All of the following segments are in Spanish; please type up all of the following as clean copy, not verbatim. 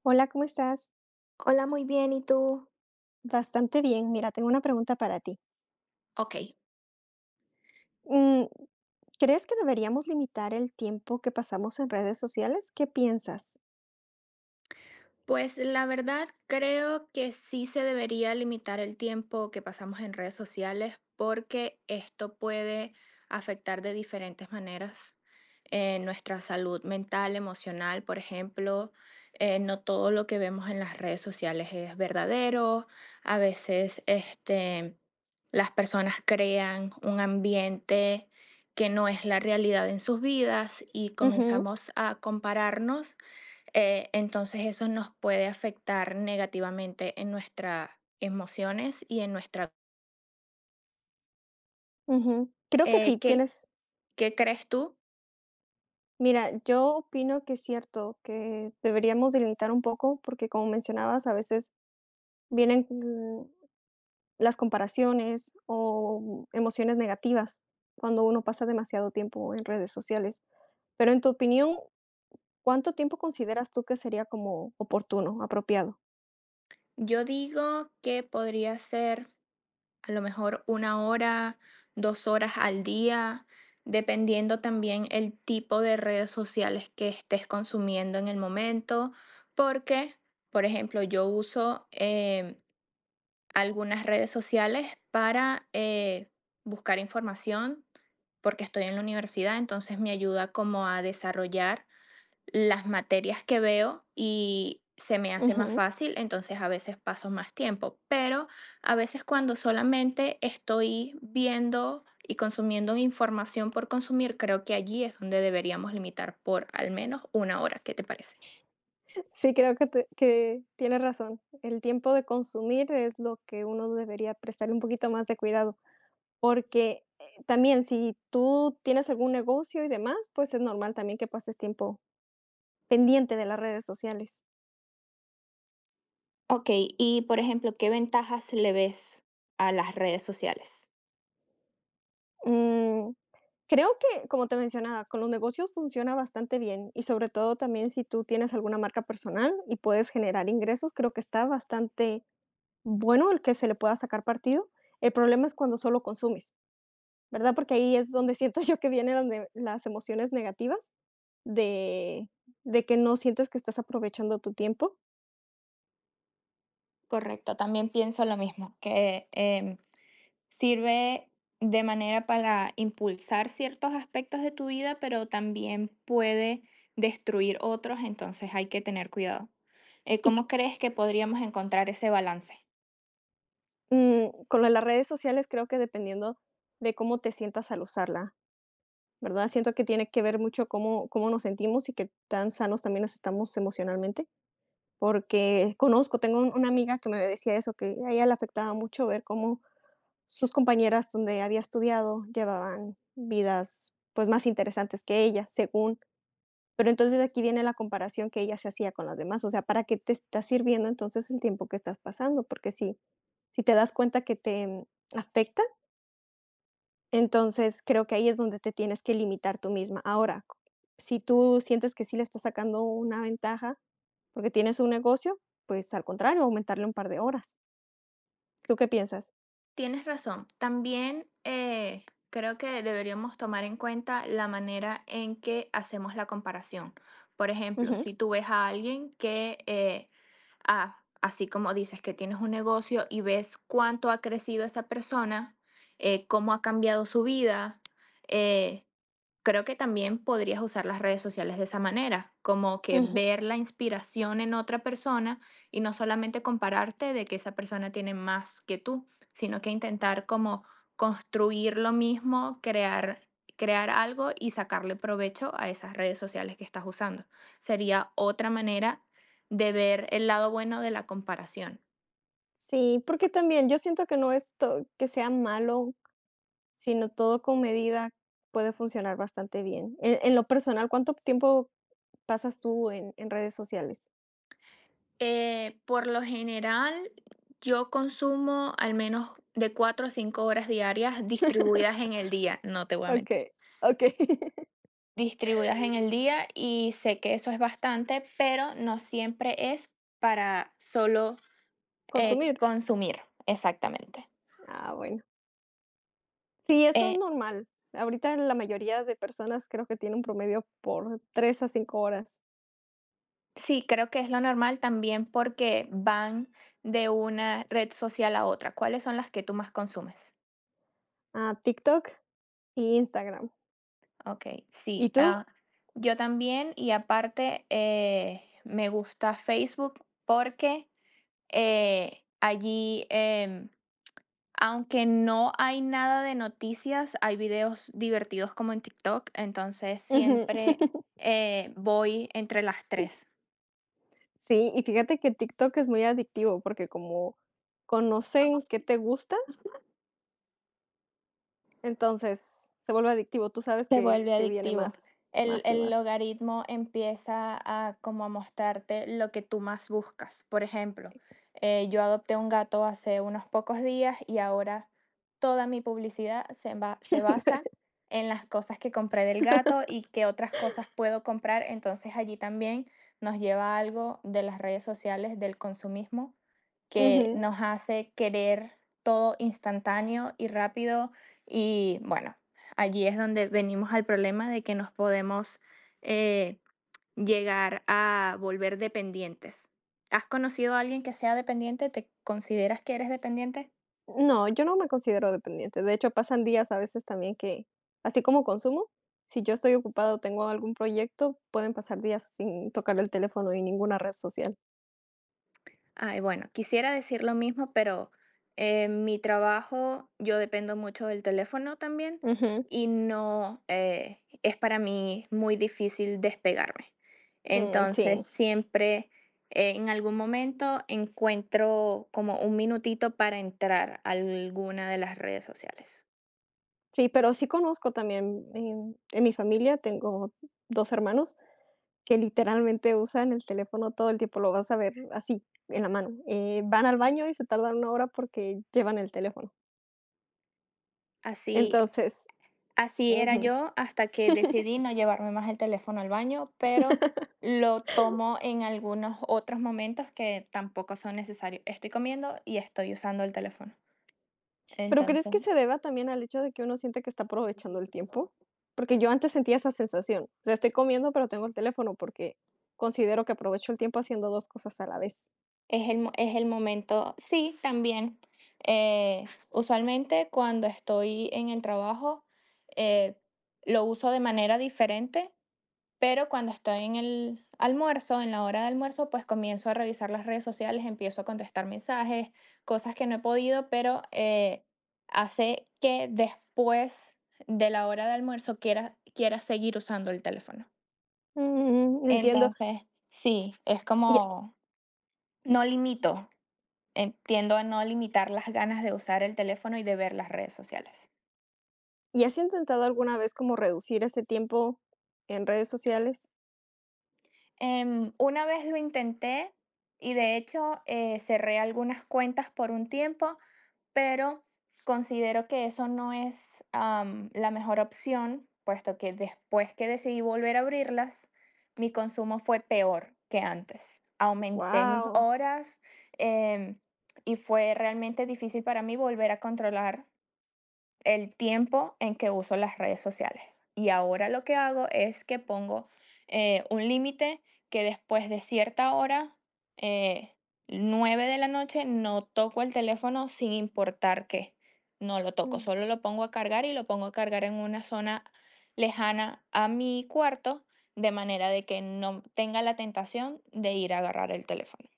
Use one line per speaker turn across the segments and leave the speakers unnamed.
Hola, ¿cómo estás?
Hola, muy bien, ¿y tú?
Bastante bien. Mira, tengo una pregunta para ti.
Ok.
Mm, ¿Crees que deberíamos limitar el tiempo que pasamos en redes sociales? ¿Qué piensas?
Pues la verdad creo que sí se debería limitar el tiempo que pasamos en redes sociales porque esto puede afectar de diferentes maneras nuestra salud mental, emocional, por ejemplo. No todo lo que vemos en las redes sociales es verdadero. A veces las personas crean un ambiente que no es la realidad en sus vidas y
Ujú,
comenzamos a compararnos. Entonces eso nos puede afectar negativamente en nuestras emociones y en nuestra...
ujú. Creo que sí,
¿Qué
tienes.
qué crees tú?
Mira, yo opino que es cierto que deberíamos delimitar un poco porque como mencionabas, a veces vienen las comparaciones o emociones negativas cuando uno pasa demasiado tiempo en redes sociales. Pero en tu opinión, ¿cuánto tiempo consideras tú que sería como oportuno, apropiado?
Yo digo que podría ser a lo mejor una hora, dos horas al día, dependiendo también el tipo de redes sociales que estés consumiendo en el momento, porque, por ejemplo, yo uso algunas redes sociales para buscar información, porque estoy en la universidad, entonces me ayuda como a desarrollar las materias que veo y se me hace más
Ujú.
fácil, entonces a veces paso más tiempo, pero a veces cuando solamente estoy viendo y consumiendo información por consumir, creo que allí es donde deberíamos limitar por al menos una hora. ¿Qué te parece?
Sí, creo que te que tienes razón. El tiempo de consumir es lo que uno debería prestarle un poquito más de cuidado, porque, también si tú tienes algún negocio y demás, pues es normal también que pases tiempo pendiente de las redes sociales.
Ok, y por ejemplo, ¿qué ventajas le ves a las redes sociales?
Mm, creo que, como te mencionaba, con los negocios funciona bastante bien y sobre todo también si tú tienes alguna marca personal y puedes generar ingresos, creo que está bastante bueno el que se le pueda sacar partido. El problema es cuando solo consumes. ¿Verdad? Porque ahí es donde siento yo que vienen las ne las emociones negativas de de que no sientes que estás aprovechando tu tiempo.
Correcto, también pienso lo mismo, que sirve de manera para impulsar ciertos aspectos de tu vida, pero también puede destruir otros, entonces hay que tener cuidado.
Y,
¿Cómo crees que podríamos encontrar ese balance?
con lo de las redes sociales creo que dependiendo de cómo te sientas al usarla, ¿verdad? Siento que tiene que ver mucho cómo nos sentimos y qué tan sanos también nos estamos emocionalmente, porque conozco, tengo un una amiga que me decía eso, que a ella le afectaba mucho ver cómo sus compañeras donde había estudiado llevaban vidas, pues, más interesantes que ella, según. Pero entonces aquí viene la comparación que ella se hacía con las demás, o sea, ¿para qué te está sirviendo entonces el tiempo que estás pasando? Porque si te das cuenta que te, afecta, entonces creo que ahí es donde te tienes que limitar tú misma. Ahora, si tú sientes que sí le estás sacando una ventaja porque tienes un negocio, pues al contrario, aumentarle un par de horas. ¿Tú qué piensas?
Tienes razón. También creo que deberíamos tomar en cuenta la manera en que hacemos la comparación. Por ejemplo,
Ujú,
si tú ves a alguien que, así como dices que tienes un negocio y ves cuánto ha crecido esa persona, cómo ha cambiado su vida, eh, creo que también podrías usar las redes sociales de esa manera, como que
ujú.
ver la inspiración en otra persona y no solamente compararte de que esa persona tiene más que tú, sino que intentar como construir lo mismo, crear algo y sacarle provecho a esas redes sociales que estás usando. Sería otra manera de ver el lado bueno de la comparación.
Sí, porque también yo siento que no es to que sea malo, sino todo con medida puede funcionar bastante bien. En lo personal, ¿cuánto tiempo pasas tú en redes sociales?
Por lo general, yo consumo al menos de 4 a 5 horas diarias distribuidas en el día, no te voy a mentir.
Okey, okey.
Distribuidas en el día y sé que eso es bastante, pero no siempre es para solo
¿Consumir?
consumir, exactamente.
Ah, bueno. Sí, eso es
Eh,
normal. Ahorita la mayoría de personas creo que tiene un promedio por 3 a 5 horas.
sí, creo que es lo normal también porque van de una red social a otra. ¿Cuáles son las que tú más consumes?
Ah, TikTok y Instagram.
Ok,
¿Y
sí, ah,
tú?
yo también y aparte me gusta Facebook porque allí, aunque no hay nada de noticias, hay videos divertidos como en TikTok, entonces
Ujú.
siempre voy entre las tres.
Sí, y fíjate que TikTok es muy adictivo porque como conocen qué te gusta. Entonces, se vuelve adictivo, tú sabes
Se
que
vuelve
que viene
adictivo.
más,
El
más y
el
más.
logaritmo empieza a como a mostrarte lo que tú más buscas. Por ejemplo, yo adopté un gato hace unos pocos días y ahora toda mi publicidad se basa en las cosas que compré del gato y qué otras cosas puedo comprar. Entonces, allí también nos lleva a algo de las redes sociales, del consumismo, que
Ujú.
nos hace querer todo instantáneo y rápido y, bueno, allí es donde venimos al problema de que nos podemos eh, llegar a volver dependientes. ¿Has conocido a alguien que sea dependiente? ¿Te consideras que eres dependiente?
No, yo no me considero dependiente, de hecho, pasan días a veces también que, así como consumo, si yo estoy ocupada o tengo algún proyecto, pueden pasar días sin tocar el teléfono y ninguna red social.
Ay, bueno, quisiera decir lo mismo, pero en mi trabajo yo dependo mucho del teléfono también
Ujú,
y no es para mí muy difícil despegarme.
mm,
Entonces,
sí,
siempre en algún momento encuentro como un minutito para entrar a alguna de las redes sociales.
sí, pero sí conozco también, en mi familia tengo 2 hermanos que literalmente usan el teléfono todo el tiempo, lo vas a ver así, en la mano, van al baño y se tardan una hora porque llevan el teléfono.
Así.
Entonces,
Así era
ujú.
yo hasta que decidí no llevarme más el teléfono al baño, pero lo tomo en algunos otros momentos que tampoco son necesarios. Estoy comiendo y estoy usando el teléfono.
¿Pero crees
Entonces,
que se deba también al hecho de que uno siente que está aprovechando el tiempo? Porque yo antes sentía esa sensación. O sea, estoy comiendo, pero tengo el teléfono porque considero que aprovecho el tiempo haciendo dos cosas a la vez.
es el momento, sí, también. eh, Usualmente cuando estoy en el trabajo, eh, lo uso de manera diferente. Pero cuando estoy en el almuerzo, en la hora de almuerzo, pues comienzo a revisar las redes sociales, empiezo a contestar mensajes, cosas que no he podido, pero hace que después de la hora de almuerzo quiera seguir usando el teléfono.
Entiendo.
Entonces, sí, es
¿Y
como no limito, entiendo a no limitar las ganas de usar el teléfono y de ver las redes sociales.
y has intentado alguna vez como reducir ese tiempo en redes sociales?
Una vez lo intenté y de hecho cerré algunas cuentas por un tiempo, pero considero que eso no es la mejor opción, puesto que después que decidí volver a abrirlas, mi consumo fue peor que antes. Aumenté mis, ajá,
Wow.
horas, em, y fue realmente difícil para mí volver a controlar el tiempo en que uso las redes sociales. Y ahora lo que hago es que pongo un límite, que después de cierta hora, eh, 9 de la noche, no toco el teléfono sin importar qué. No lo toco, solo lo pongo a cargar y lo pongo a cargar en una zona lejana a mi cuarto, de manera de que no tenga la tentación de ir a agarrar el teléfono.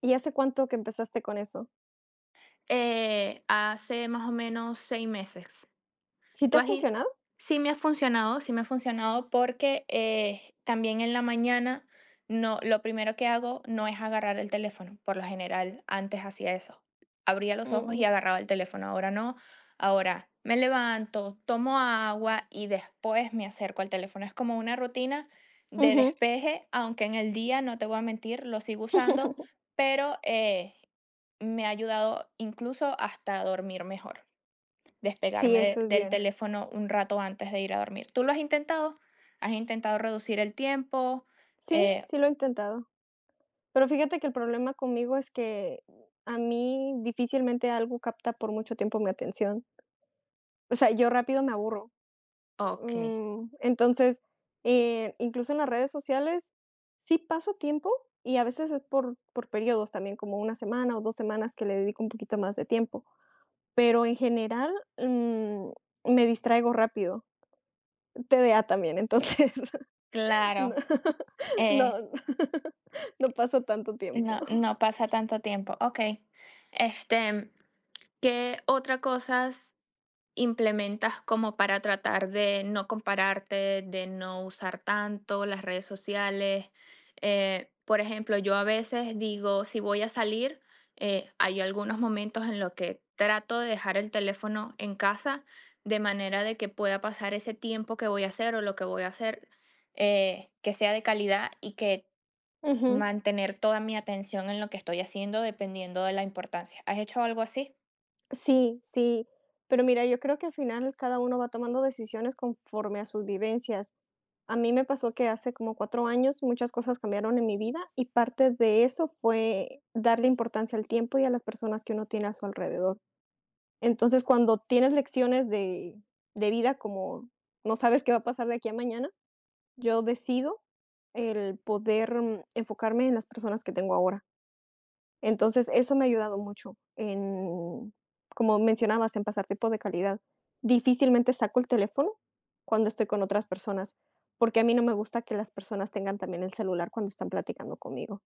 ¿Y hace cuánto que empezaste con eso?
Hace más o menos seis meses.
¿Sí te
¿Tú
ha
has in
funcionado?
Sí, me ha funcionado, sí me ha funcionado porque, también en la mañana, no lo primero que hago no es agarrar el teléfono, por lo general, antes hacía eso, abría los ojos y
Mm,
agarraba el teléfono, ahora no, ahora me levanto, tomo agua y después me acerco al teléfono, es como una rutina de
ujú.
despeje, aunque en el día, no te voy a mentir, lo sigo usando, pero, me ha ayudado incluso hasta a dormir mejor.
Sí,
Despegarme de
eso es
del
bien.
teléfono un rato antes de ir a dormir, ¿tú lo has intentado? ¿Has intentado reducir el tiempo?
Sí,
Eh.
sí lo he intentado. Pero fíjate que el problema conmigo es que a mí difícilmente algo capta por mucho tiempo mi atención. O sea, yo rápido me aburro.
Okey.
Entonces, incluso en las redes sociales sí paso tiempo y a veces es por periodos también, como una semana o 2 semanas que le dedico un poquito más de tiempo. Pero en general, mm, me distraigo rápido. TDA también, entonces. No,
Claro, eh,
no, no paso tanto tiempo.
no pasa tanto tiempo, okey. Este, ¿qué otra cosas implementas como para tratar de no compararte, de no usar tanto las redes sociales? Por ejemplo, yo a veces digo, si voy a salir, hay algunos momentos en los que trato de dejar el teléfono en casa de manera de que pueda pasar ese tiempo que voy a hacer o lo que voy a hacer, que sea de calidad y que
Ujú.
mantener toda mi atención en lo que estoy haciendo dependiendo de la importancia. ¿Has hecho algo así?
Sí, sí, pero mira, yo creo que al final cada uno va tomando decisiones conforme a sus vivencias. A mí me pasó que hace como 4 años muchas cosas cambiaron en mi vida y parte de eso fue darle importancia al tiempo y a las personas que uno tiene a su alrededor. Entonces, cuando tienes lecciones de vida como no sabes qué va a pasar de aquí a mañana, yo decido el poder enfocarme en las personas que tengo ahora. Entonces, eso me ha ayudado mucho en, como mencionabas, en pasar tiempo de calidad. Difícilmente saco el teléfono cuando estoy con otras personas, porque a mí no me gusta que las personas tengan también el celular cuando están platicando conmigo.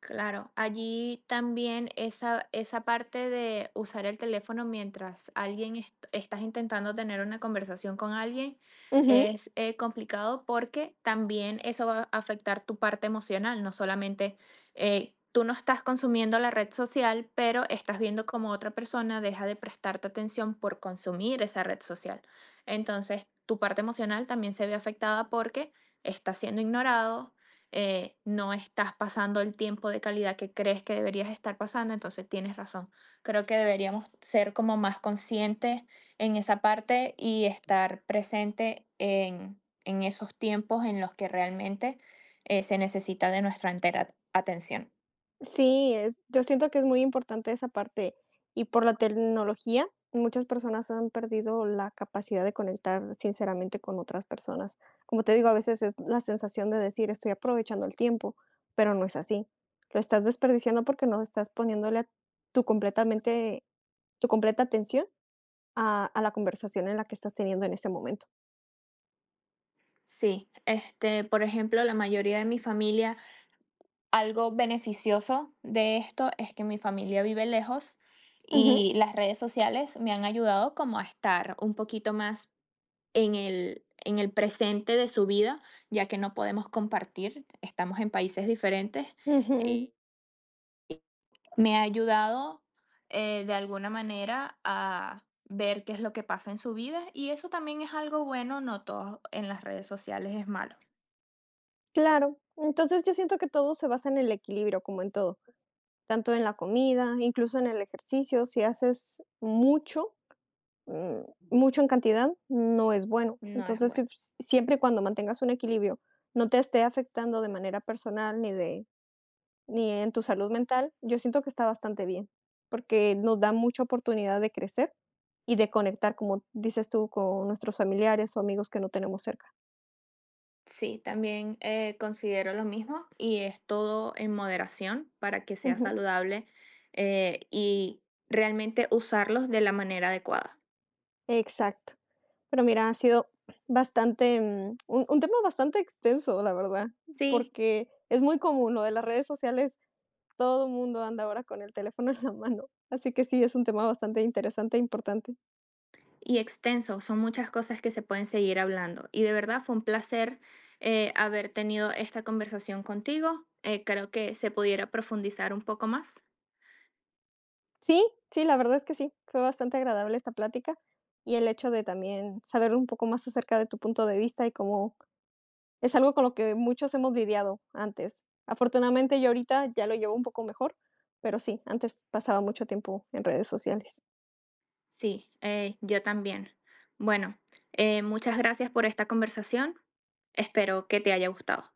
Claro, allí también esa parte de usar el teléfono mientras estás intentando tener una conversación con alguien
Ujú.
es complicado porque también eso va a afectar tu parte emocional, no solamente tú no estás consumiendo la red social, pero estás viendo como otra persona deja de prestarte atención por consumir esa red social. Entonces, tu parte emocional también se ve afectada porque estás siendo ignorado, no estás pasando el tiempo de calidad que crees que deberías estar pasando, entonces tienes razón. Creo que deberíamos ser como más conscientes en esa parte y estar presente en esos tiempos en los que realmente se necesita de nuestra entera atención.
Sí, es yo siento que es muy importante esa parte, y por la tecnología, muchas personas han perdido la capacidad de conectar sinceramente con otras personas. Como te digo, a veces es la sensación de decir: "Estoy aprovechando el tiempo", pero no es así. Lo estás desperdiciando porque no estás poniéndole tu completamente tu completa atención a la conversación en la que estás teniendo en ese momento.
Sí, este, por ejemplo, la mayoría de mi familia, algo beneficioso de esto es que mi familia vive lejos
Ujú,
y las redes sociales me han ayudado como a estar un poquito más en el presente de su vida, ya que no podemos compartir, estamos en países diferentes,
ujú,
eh, me ha ayudado de alguna manera a ver qué es lo que pasa en su vida y eso también es algo bueno, no todo en las redes sociales es malo,
claro. Entonces, yo siento que todo se basa en el equilibrio, como en todo. Tanto en la comida, incluso en el ejercicio, si haces mucho, mm, mucho en cantidad, no es bueno.
no es
Entonces,
bueno.
siempre y cuando mantengas un equilibrio, no te esté afectando de manera personal ni en tu salud mental, yo siento que está bastante bien, porque nos da mucha oportunidad de crecer y de conectar, como dices tú, con nuestros familiares o amigos que no tenemos cerca.
Sí, también considero lo mismo y es todo en moderación para que sea
Ujú.
saludable, y realmente usarlos de la manera adecuada.
Exacto. Pero mira, ha sido bastante, un tema bastante extenso, la verdad,
Sí,
porque es muy común lo de las redes sociales, todo el mundo anda ahora con el teléfono en la mano, así que sí, es un tema bastante interesante e importante.
y extenso. Son muchas cosas que se pueden seguir hablando. Y de verdad fue un placer haber tenido esta conversación contigo. Creo que se pudiera profundizar un poco más.
Sí, sí, la verdad es que sí, fue bastante agradable esta plática y el hecho de también saber un poco más acerca de tu punto de vista y cómo es algo con lo que muchos hemos lidiado antes. Afortunadamente, yo ahorita ya lo llevo un poco mejor, pero sí, antes pasaba mucho tiempo en redes sociales.
Sí, yo también. Bueno, muchas gracias por esta conversación. Espero que te haya gustado.